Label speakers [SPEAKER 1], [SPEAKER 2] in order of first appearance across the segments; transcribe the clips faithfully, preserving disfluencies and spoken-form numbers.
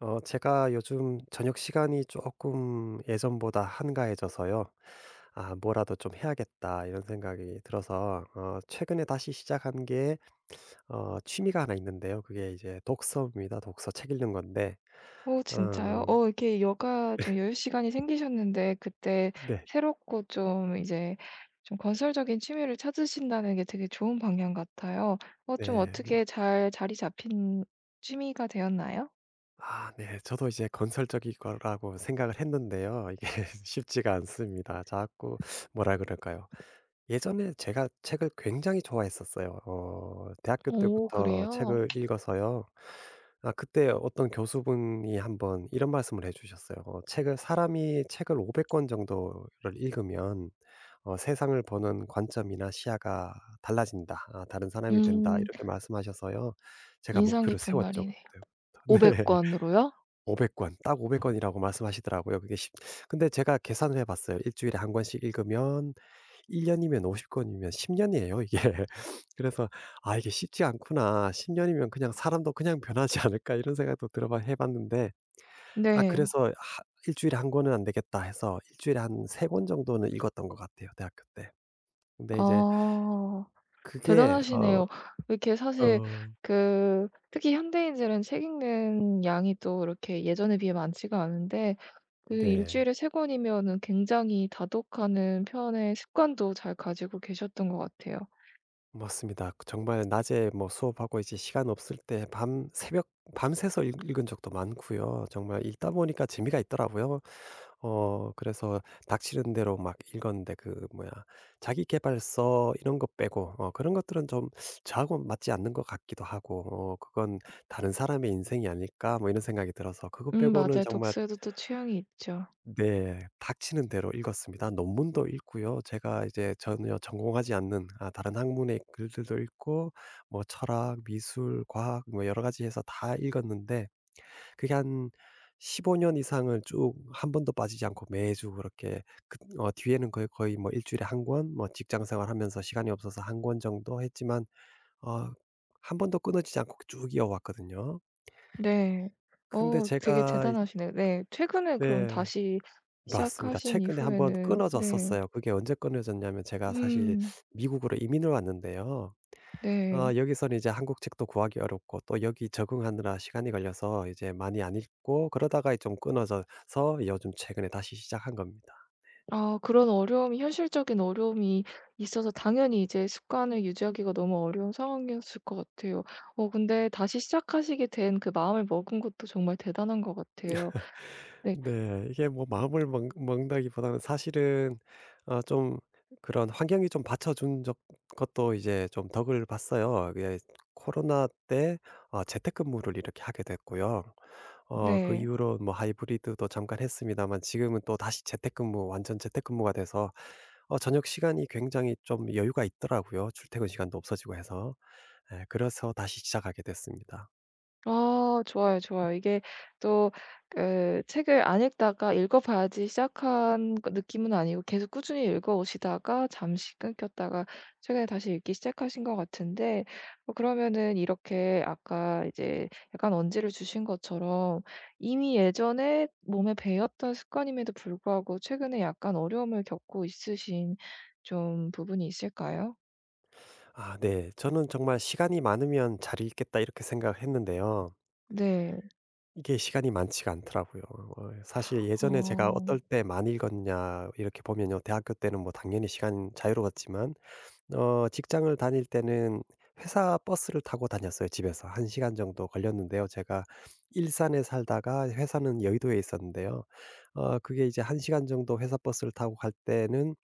[SPEAKER 1] 어 제가 요즘 저녁 시간이 조금 예전보다 한가해져서요. '아 뭐라도 좀 해야겠다.' 이런 생각이 들어서 어 최근에 다시 시작한 게 어 취미가 하나 있는데요. 그게 이제 독서입니다. 독서 책 읽는 건데
[SPEAKER 2] 오 진짜요?
[SPEAKER 1] 어
[SPEAKER 2] 어 이렇게 여가 좀 여유 시간이 생기셨는데 그때
[SPEAKER 1] 네.
[SPEAKER 2] 새롭고 좀 이제 좀 건설적인 취미를 찾으신다는 게 되게 좋은 방향 같아요. 어 좀
[SPEAKER 1] 네. 뭐
[SPEAKER 2] 어떻게 잘 자리 잡힌 취미가 되었나요?
[SPEAKER 1] 아 네. 저도 이제 건설적일 거라고 생각을 했는데요. 이게 쉽지가 않습니다. 자꾸 뭐라 그럴까요? 예전에 제가 책을 굉장히 좋아했었어요. 어 대학교
[SPEAKER 2] 오
[SPEAKER 1] 때부터
[SPEAKER 2] 그래요?
[SPEAKER 1] 책을 읽어서요. 아 그때 어떤 교수분이 한번 이런 말씀을 해 주셨어요. 어 책을 "사람이 책을 오백 권 정도를 읽으면 어 세상을 보는 관점이나 시야가 달라진다. 아 다른 사람이 된다."
[SPEAKER 2] 음
[SPEAKER 1] 이렇게 말씀하셔서요. 제가
[SPEAKER 2] 인상
[SPEAKER 1] 목표를
[SPEAKER 2] 깊은
[SPEAKER 1] 세웠죠
[SPEAKER 2] 말이네요.
[SPEAKER 1] 그때부터.
[SPEAKER 2] 오백
[SPEAKER 1] 네.
[SPEAKER 2] 권으로요?
[SPEAKER 1] 오백 권, 딱 오백 권이라고 말씀하시더라고요. 그게 십 근데 제가 계산을 해 봤어요. 일 주일에 한 권씩 읽으면 일 년이면 오십 권이면 십 년이에요 이게. 그래서 '아 이게 쉽지 않구나. 십 년이면 그냥 사람도 그냥 변하지 않을까.' 이런 생각도 들어 봐 해 봤는데 아
[SPEAKER 2] 네.
[SPEAKER 1] 그래서 하 일 주일에 한 권은 안 되겠다 해서 일 주일에 한 세 권 정도는 읽었던 것 같아요 대학교 때. 근데 이제
[SPEAKER 2] 아
[SPEAKER 1] 그게 어
[SPEAKER 2] 대단하시네요. 이렇게 사실
[SPEAKER 1] 어
[SPEAKER 2] 그 특히 현대인들은 책 읽는 양이 또 이렇게 예전에 비해 많지가 않은데 그
[SPEAKER 1] 네.
[SPEAKER 2] 일주일에 세 권이면은 굉장히 다독하는 편의 습관도 잘 가지고 계셨던 것 같아요.
[SPEAKER 1] 맞습니다. 그 정말 낮에 뭐 수업하고 이제 시간 없을 때 밤 새벽 밤새서 읽, 읽은 적도 많고요. 정말 읽다 보니까 재미가 있더라고요. 어 그래서 닥치는 대로 막 읽었는데 그 뭐야 자기 계발서 이런 거 빼고 어 그런 것들은 좀 저하고 맞지 않는 것 같기도 하고 어 그건 다른 사람의 인생이 아닐까 뭐 이런 생각이 들어서 그거
[SPEAKER 2] 음
[SPEAKER 1] 빼고는
[SPEAKER 2] 맞아요.
[SPEAKER 1] 정말
[SPEAKER 2] 독서에도 또 취향이 있죠.
[SPEAKER 1] 네. 닥치는 대로 읽었습니다. 논문도 읽고요. 제가 이제 전혀 전공하지 않는 아 다른 학문의 글들도 읽고 뭐 철학, 미술, 과학 뭐 여러 가지 해서 다 읽었는데 그게 한 십오 년 이상을 쭉 한 번도 빠지지 않고 매주 그렇게 그 어 뒤에는 거의 거의 뭐 일 주일에 한 권 뭐 직장 생활하면서 시간이 없어서 한 권 정도 했지만 어 한 번도 끊어지지 않고 쭉 이어왔거든요.
[SPEAKER 2] 네.
[SPEAKER 1] 근데
[SPEAKER 2] 어 되게
[SPEAKER 1] 제가 이
[SPEAKER 2] 대단하시네요. 네. 최근에 그럼
[SPEAKER 1] 네.
[SPEAKER 2] 다시
[SPEAKER 1] 맞습니다.
[SPEAKER 2] 시작하신
[SPEAKER 1] 최근에 한번
[SPEAKER 2] 이후에는 네.
[SPEAKER 1] 끊어졌었어요. 그게 언제 끊어졌냐면 제가 사실
[SPEAKER 2] 음
[SPEAKER 1] 미국으로 이민을 왔는데요.
[SPEAKER 2] 네.
[SPEAKER 1] 아 여기서는 이제 한국 책도 구하기 어렵고 또 여기 적응하느라 시간이 걸려서 이제 많이 안 읽고 그러다가 좀 끊어져서 요즘 최근에 다시 시작한 겁니다.
[SPEAKER 2] 아 그런 어려움이 현실적인 어려움이 있어서 당연히 이제 습관을 유지하기가 너무 어려운 상황이었을 것 같아요. 어 근데 다시 시작하시게 된 그 마음을 먹은 것도 정말 대단한 것 같아요. 네.
[SPEAKER 1] 네. 이게 뭐 마음을 먹 먹는다기보다는 사실은 아 좀 그런 환경이 좀 받쳐준 적 것도 이제 좀 덕을 봤어요. 게 코로나 때 아, 재택근무를 이렇게 하게 됐고요. 어 그
[SPEAKER 2] 네.
[SPEAKER 1] 이후로 뭐 하이브리드도 잠깐 했습니다만 지금은 또 다시 재택근무, 완전 재택근무가 돼서 어 저녁 시간이 굉장히 좀 여유가 있더라고요, 출퇴근 시간도 없어지고 해서. 예 그래서 다시 시작하게 됐습니다.
[SPEAKER 2] 아 좋아요, 좋아요. 이게 또 그 책을 안 읽다가 읽어 봐야지 시작한 그 느낌은 아니고 계속 꾸준히 읽어 오시다가 잠시 끊겼다가 최근에 다시 읽기 시작하신 것 같은데 어 그러면은 이렇게 아까 이제 약간 언지를 주신 것처럼 이미 예전에 몸에 배였던 습관임에도 불구하고 최근에 약간 어려움을 겪고 있으신 좀 부분이 있을까요?
[SPEAKER 1] 아 네. 저는 정말 '시간이 많으면 잘 읽겠다.' 이렇게 생각했는데요.
[SPEAKER 2] 네.
[SPEAKER 1] 이게 시간이 많지가 않더라고요. 어 사실 예전에 제가
[SPEAKER 2] 어
[SPEAKER 1] 어떨 때 많이 읽었냐 이렇게 보면요. 대학교 때는 뭐 당연히 시간 자유로웠지만 어 직장을 다닐 때는 회사 버스를 타고 다녔어요 집에서. 한 시간 정도 걸렸는데요. 제가 일산에 살다가 회사는 여의도에 있었는데요. 어 그게 이제 한 시간 정도 회사 버스를 타고 갈 때는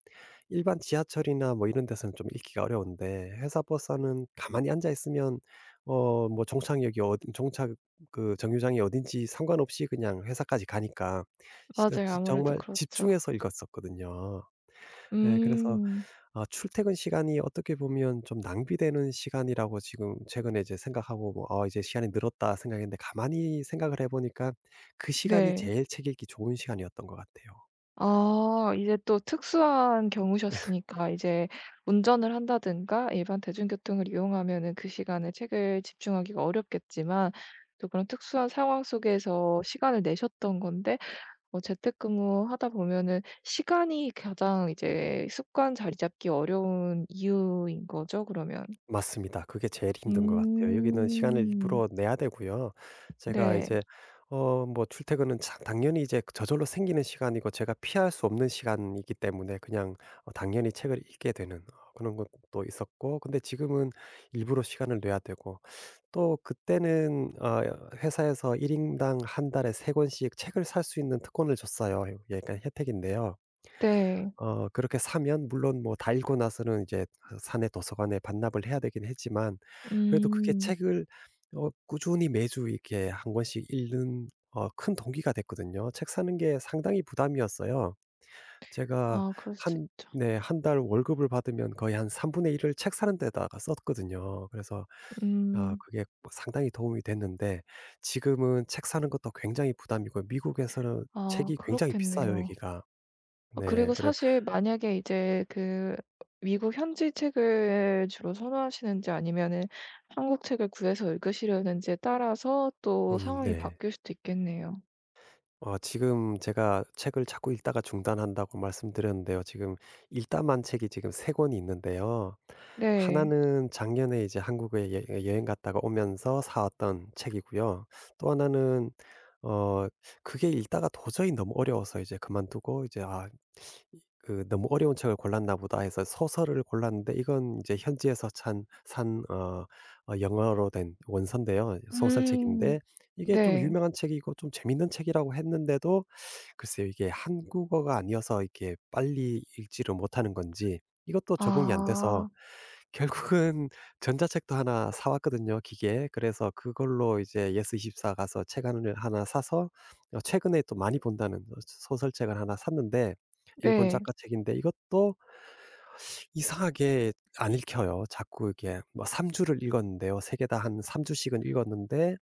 [SPEAKER 1] 일반 지하철이나 뭐 이런 데서는 좀 읽기가 어려운데 회사 버스는 가만히 앉아 있으면 어 뭐 종착역이 어 종착 그 정류장이 어딘지 상관없이 그냥 회사까지 가니까 진짜
[SPEAKER 2] 맞아요.
[SPEAKER 1] 지
[SPEAKER 2] 아무래도
[SPEAKER 1] 정말
[SPEAKER 2] 그렇죠.
[SPEAKER 1] 집중해서 읽었었거든요. 예 그래서
[SPEAKER 2] 음.
[SPEAKER 1] 아 출퇴근 시간이 어떻게 보면 좀 낭비되는 시간이라고 지금 최근에 이제 생각하고 뭐 '아 이제 시간이 늘었다.' 생각했는데 가만히 생각을 해 보니까 그 시간이
[SPEAKER 2] 네.
[SPEAKER 1] 제일 책 읽기 좋은 시간이었던 것 같아요.
[SPEAKER 2] 아 이제 또 특수한 경우셨으니까 이제 운전을 한다든가 일반 대중교통을 이용하면은 그 시간에 책을 집중하기가 어렵겠지만 또 그런 특수한 상황 속에서 시간을 내셨던 건데 어 재택근무하다 보면은 시간이 가장 이제 습관 자리 잡기 어려운 이유인 거죠 그러면?
[SPEAKER 1] 맞습니다. 그게 제일 힘든 것 같아요. 여기는 시간을
[SPEAKER 2] 음.
[SPEAKER 1] 일부러 내야 되고요. 제가
[SPEAKER 2] 네.
[SPEAKER 1] 이제 어 뭐 출퇴근은 자- 당연히 이제 저절로 생기는 시간이고 제가 피할 수 없는 시간이기 때문에 그냥 어 당연히 책을 읽게 되는 어 그런 것도 있었고, 근데 지금은 일부러 시간을 내야 되고 또 그때는 어 회사에서 일 인당 한 달에 세 권씩 책을 살 수 있는 특권을 줬어요. 약간 혜택인데요.
[SPEAKER 2] 네.
[SPEAKER 1] 어 그렇게 사면 물론 뭐 다 읽고 나서는 이제 그 사내 도서관에 반납을 해야 되긴 했지만 그래도 그게
[SPEAKER 2] 음.
[SPEAKER 1] 책을 어 꾸준히 매주 이렇게 한 권씩 읽는 어 큰 동기가 됐거든요. 책 사는 게 상당히 부담이었어요. 제가
[SPEAKER 2] 아 그럴 수
[SPEAKER 1] 한
[SPEAKER 2] 있죠.
[SPEAKER 1] 네, 한 달 월급을 받으면 거의 한 삼 분의 일을 책 사는 데다가 썼거든요. 그래서 아
[SPEAKER 2] 음.
[SPEAKER 1] 그게 뭐 상당히 도움이 됐는데 지금은 책 사는 것도 굉장히 부담이고 미국에서는
[SPEAKER 2] 아
[SPEAKER 1] 책이 굉장히 비싸요
[SPEAKER 2] 그렇겠네요.
[SPEAKER 1] 여기가.
[SPEAKER 2] 어,
[SPEAKER 1] 네.
[SPEAKER 2] 그리고
[SPEAKER 1] 그래
[SPEAKER 2] 사실 만약에 이제 그 미국 현지 책을 주로 선호하시는지 아니면은 한국 책을 구해서 읽으시려는지에 따라서 또
[SPEAKER 1] 음.
[SPEAKER 2] 상황이
[SPEAKER 1] 네.
[SPEAKER 2] 바뀔 수도 있겠네요.
[SPEAKER 1] 어 지금 제가 책을 자꾸 읽다가 중단한다고 말씀드렸는데요. 지금 읽다만 책이 지금 세 권이 있는데요.
[SPEAKER 2] 네.
[SPEAKER 1] 하나는 작년에 이제 한국에 여 여행 갔다가 오면서 사왔던 책이고요. 또 하나는 어 그게 읽다가 도저히 너무 어려워서 이제 그만두고 이제 '아 그 '너무 어려운 책을 골랐나 보다.' 해서 소설을 골랐는데, 이건 이제 현지에서 찬 산 어 어 영어로 된 원서인데요.
[SPEAKER 2] 음.
[SPEAKER 1] 소설책인데 이게 좀
[SPEAKER 2] 네.
[SPEAKER 1] 유명한 책이고 좀 재밌는 책이라고 했는데도 글쎄요 이게 한국어가 아니어서 이렇게 빨리 읽지를 못하는 건지 이것도 적응이 안 돼서
[SPEAKER 2] 아.
[SPEAKER 1] 결국은 전자책도 하나 사 왔거든요 기계에. 그래서 그걸로 이제 예스이십사 가서 책 하나 하나 사서 어 최근에 또 많이 본다는 어 소설책을 하나 샀는데 일본
[SPEAKER 2] 네.
[SPEAKER 1] 작가 책인데 이것도 이상하게 안 읽혀요. 자꾸 이게 뭐 삼 주를 읽었는데요. 세 개 다 한 삼 주씩은 읽었는데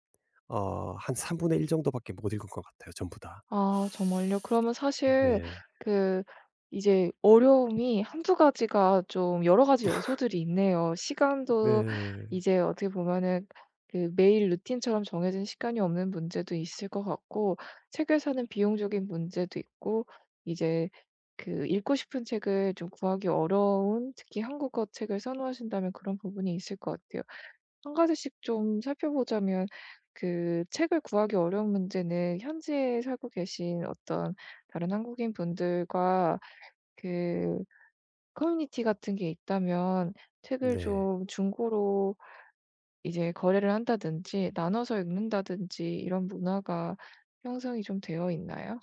[SPEAKER 1] 어 한 삼 분의 일 정도밖에 못 읽은 것 같아요 전부 다.
[SPEAKER 2] 아 정말요? 그러면 사실
[SPEAKER 1] 네.
[SPEAKER 2] 그 이제 어려움이 한 두 가지가 좀 여러 가지 요소들이 있네요. 시간도
[SPEAKER 1] 네.
[SPEAKER 2] 이제 어떻게 보면은 그 매일 루틴처럼 정해진 시간이 없는 문제도 있을 것 같고 책을 사는 비용적인 문제도 있고 이제 그 읽고 싶은 책을 좀 구하기 어려운 특히 한국어 책을 선호하신다면 그런 부분이 있을 것 같아요. 한 가지씩 좀 살펴보자면 그 책을 구하기 어려운 문제는 현지에 살고 계신 어떤 다른 한국인 분들과 그 커뮤니티 같은 게 있다면 책을
[SPEAKER 1] 네.
[SPEAKER 2] 좀 중고로 이제 거래를 한다든지 나눠서 읽는다든지 이런 문화가 형성이 좀 되어 있나요?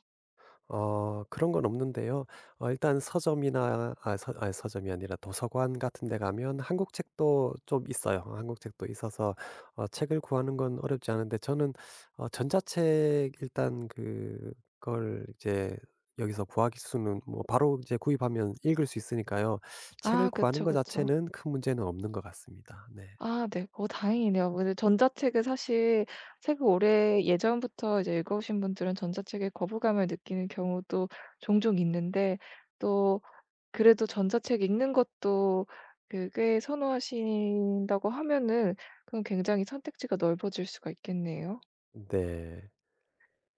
[SPEAKER 1] 어 그런 건 없는데요. 어 일단 서점이나 아 서 아 서점이 아니라 도서관 같은 데 가면 한국 책도 좀 있어요. 한국 책도 있어서 어 책을 구하는 건 어렵지 않은데 저는 어 전자책 일단 그걸 이제 여기서 구하기 수는 뭐 바로 이제 구입하면 읽을 수 있으니까요. 책을
[SPEAKER 2] 아
[SPEAKER 1] 구하는
[SPEAKER 2] 그쵸,
[SPEAKER 1] 것
[SPEAKER 2] 그쵸.
[SPEAKER 1] 자체는 큰 문제는 없는 것 같습니다. 네.
[SPEAKER 2] 아 네. 어 다행이네요. 뭐 근데 전자책은 사실 책을 오래 예전부터 이제 읽어오신 분들은 전자책에 거부감을 느끼는 경우도 종종 있는데 또 그래도 전자책 읽는 것도 그 꽤 선호하신다고 하면은 그럼 굉장히 선택지가 넓어질 수가 있겠네요.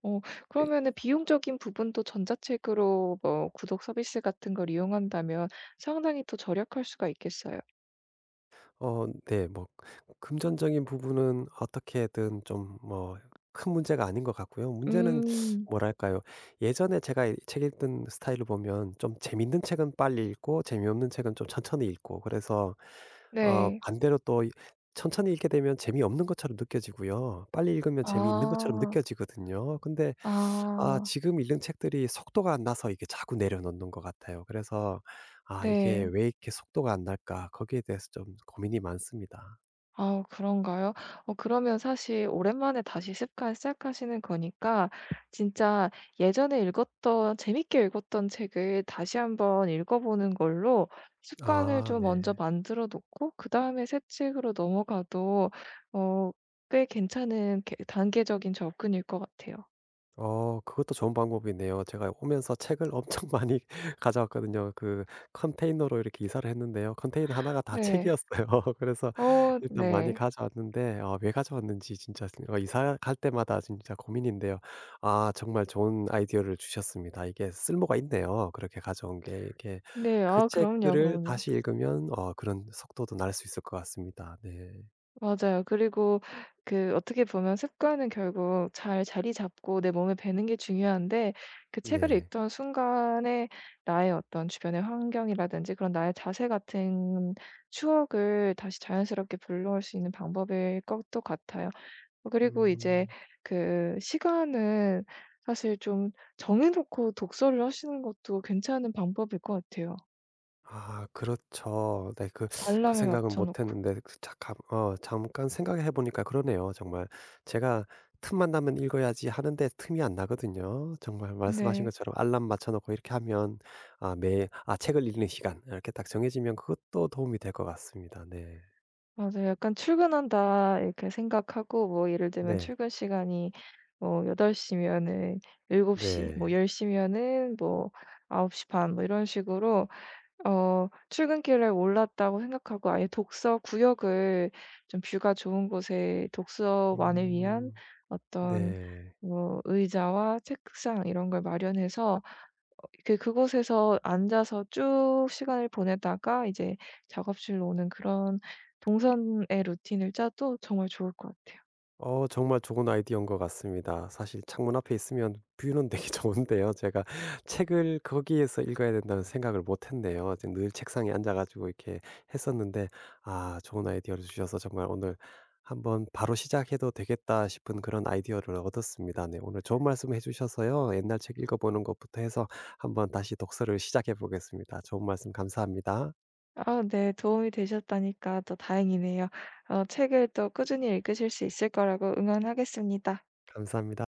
[SPEAKER 2] 어
[SPEAKER 1] 네.
[SPEAKER 2] 그러면은 비용적인 부분도 전자책으로 뭐 구독 서비스 같은 걸 이용한다면 상당히 또 절약할 수가 있겠어요.
[SPEAKER 1] 어 네. 뭐 금전적인 부분은 어떻게든 좀 뭐 큰 문제가 아닌 것 같고요. 문제는
[SPEAKER 2] 음.
[SPEAKER 1] 뭐랄까요? 예전에 제가 이 책 읽던 스타일을 보면 좀 재밌는 책은 빨리 읽고 재미없는 책은 좀 천천히 읽고 그래서 어
[SPEAKER 2] 네.
[SPEAKER 1] 반대로 또 이 천천히 읽게 되면 재미없는 것처럼 느껴지고요. 빨리 읽으면 재미있는 것처럼
[SPEAKER 2] 아.
[SPEAKER 1] 느껴지거든요. 근데 아
[SPEAKER 2] 아
[SPEAKER 1] 지금 읽는 책들이 속도가 안 나서 이게 자꾸 내려놓는 것 같아요. 그래서 '아 이게
[SPEAKER 2] 네.
[SPEAKER 1] 왜 이렇게 속도가 안 날까?' 거기에 대해서 좀 고민이 많습니다.
[SPEAKER 2] 아 그런가요? 어 그러면 사실 오랜만에 다시 습관 시작하시는 거니까 진짜 예전에 읽었던 재밌게 읽었던 책을 다시 한번 읽어보는 걸로 습관을
[SPEAKER 1] 아
[SPEAKER 2] 좀 먼저
[SPEAKER 1] 네.
[SPEAKER 2] 만들어 놓고 그다음에 새 책으로 넘어가도 어 꽤 괜찮은 게 단계적인 접근일 것 같아요.
[SPEAKER 1] 어 그것도 좋은 방법이네요. 제가 오면서 책을 엄청 많이 가져왔거든요. 그 컨테이너로 이렇게 이사를 했는데요. 컨테이너 하나가 다
[SPEAKER 2] 네.
[SPEAKER 1] 책이었어요. 그래서
[SPEAKER 2] 어
[SPEAKER 1] 일단 많이
[SPEAKER 2] 네.
[SPEAKER 1] 가져왔는데 아 왜 가져왔는지 진짜 어 이사 갈 때마다 진짜 고민인데요. 아 정말 좋은 아이디어를 주셨습니다. 이게 쓸모가 있네요. 그렇게 가져온 게 이게
[SPEAKER 2] 네.
[SPEAKER 1] 그
[SPEAKER 2] 아 그럼요,
[SPEAKER 1] 책들을
[SPEAKER 2] 그럼요.
[SPEAKER 1] 다시 읽으면 어 그런 속도도 날 수 있을 것 같습니다. 네.
[SPEAKER 2] 맞아요. 그리고 그 어떻게 보면 습관은 결국 잘 자리 잡고 내 몸에 배는 게 중요한데 그 책을
[SPEAKER 1] 네.
[SPEAKER 2] 읽던 순간에 나의 어떤 주변의 환경이라든지 그런 나의 자세 같은 추억을 다시 자연스럽게 불러올 수 있는 방법일 것도 같아요. 그리고 이제
[SPEAKER 1] 음.
[SPEAKER 2] 그 시간은 사실 좀 정해놓고 독서를 하시는 것도 괜찮은 방법일 것 같아요.
[SPEAKER 1] 아 그렇죠. 네 그 그
[SPEAKER 2] 알람을
[SPEAKER 1] 생각은 못
[SPEAKER 2] 맞춰놓고.
[SPEAKER 1] 했는데 그 잠깐 어 잠깐 생각해 보니까 그러네요 정말. 제가 '틈만 나면 읽어야지.' 하는데 틈이 안 나거든요. 정말 말씀하신
[SPEAKER 2] 네.
[SPEAKER 1] 것처럼 알람 맞춰 놓고 이렇게 하면 아 매 아 '책을 읽는 시간.' 이렇게 딱 정해지면 그것도 도움이 될 것 같습니다. 네.
[SPEAKER 2] 맞아요. 약간 '출근한다.' 이렇게 생각하고 뭐 예를 들면
[SPEAKER 1] 네.
[SPEAKER 2] 출근 시간이 뭐여덟 시 면은 일곱 시 뭐
[SPEAKER 1] 네.
[SPEAKER 2] 열 공 면은 뭐아홉 시 반 뭐 이런 식으로 어 출근길에 올랐다고 생각하고 아예 독서 구역을 좀 뷰가 좋은 곳에 독서만을 위한
[SPEAKER 1] 음.
[SPEAKER 2] 어떤
[SPEAKER 1] 네.
[SPEAKER 2] 뭐 의자와 책상 이런 걸 마련해서 그 그곳에서 앉아서 쭉 시간을 보내다가 이제 작업실로 오는 그런 동선의 루틴을 짜도 정말 좋을 것 같아요.
[SPEAKER 1] 어 정말 좋은 아이디어인 것 같습니다. 사실 창문 앞에 있으면 뷰는 되게 좋은데요. 제가 책을 거기에서 읽어야 된다는 생각을 못 했네요. 이제 늘 책상에 앉아 가지고 이렇게 했었는데 아 좋은 아이디어를 주셔서 정말 오늘 한번 '바로 시작해도 되겠다.' 싶은 그런 아이디어를 얻었습니다. 네 오늘 좋은 말씀 해 주셔서요. 옛날 책 읽어보는 것부터 해서 한번 다시 독서를 시작해 보겠습니다. 좋은 말씀 감사합니다.
[SPEAKER 2] 아 네. 도움이 되셨다니까 또 다행이네요. 어 책을 또 꾸준히 읽으실 수 있을 거라고 응원하겠습니다.
[SPEAKER 1] 감사합니다.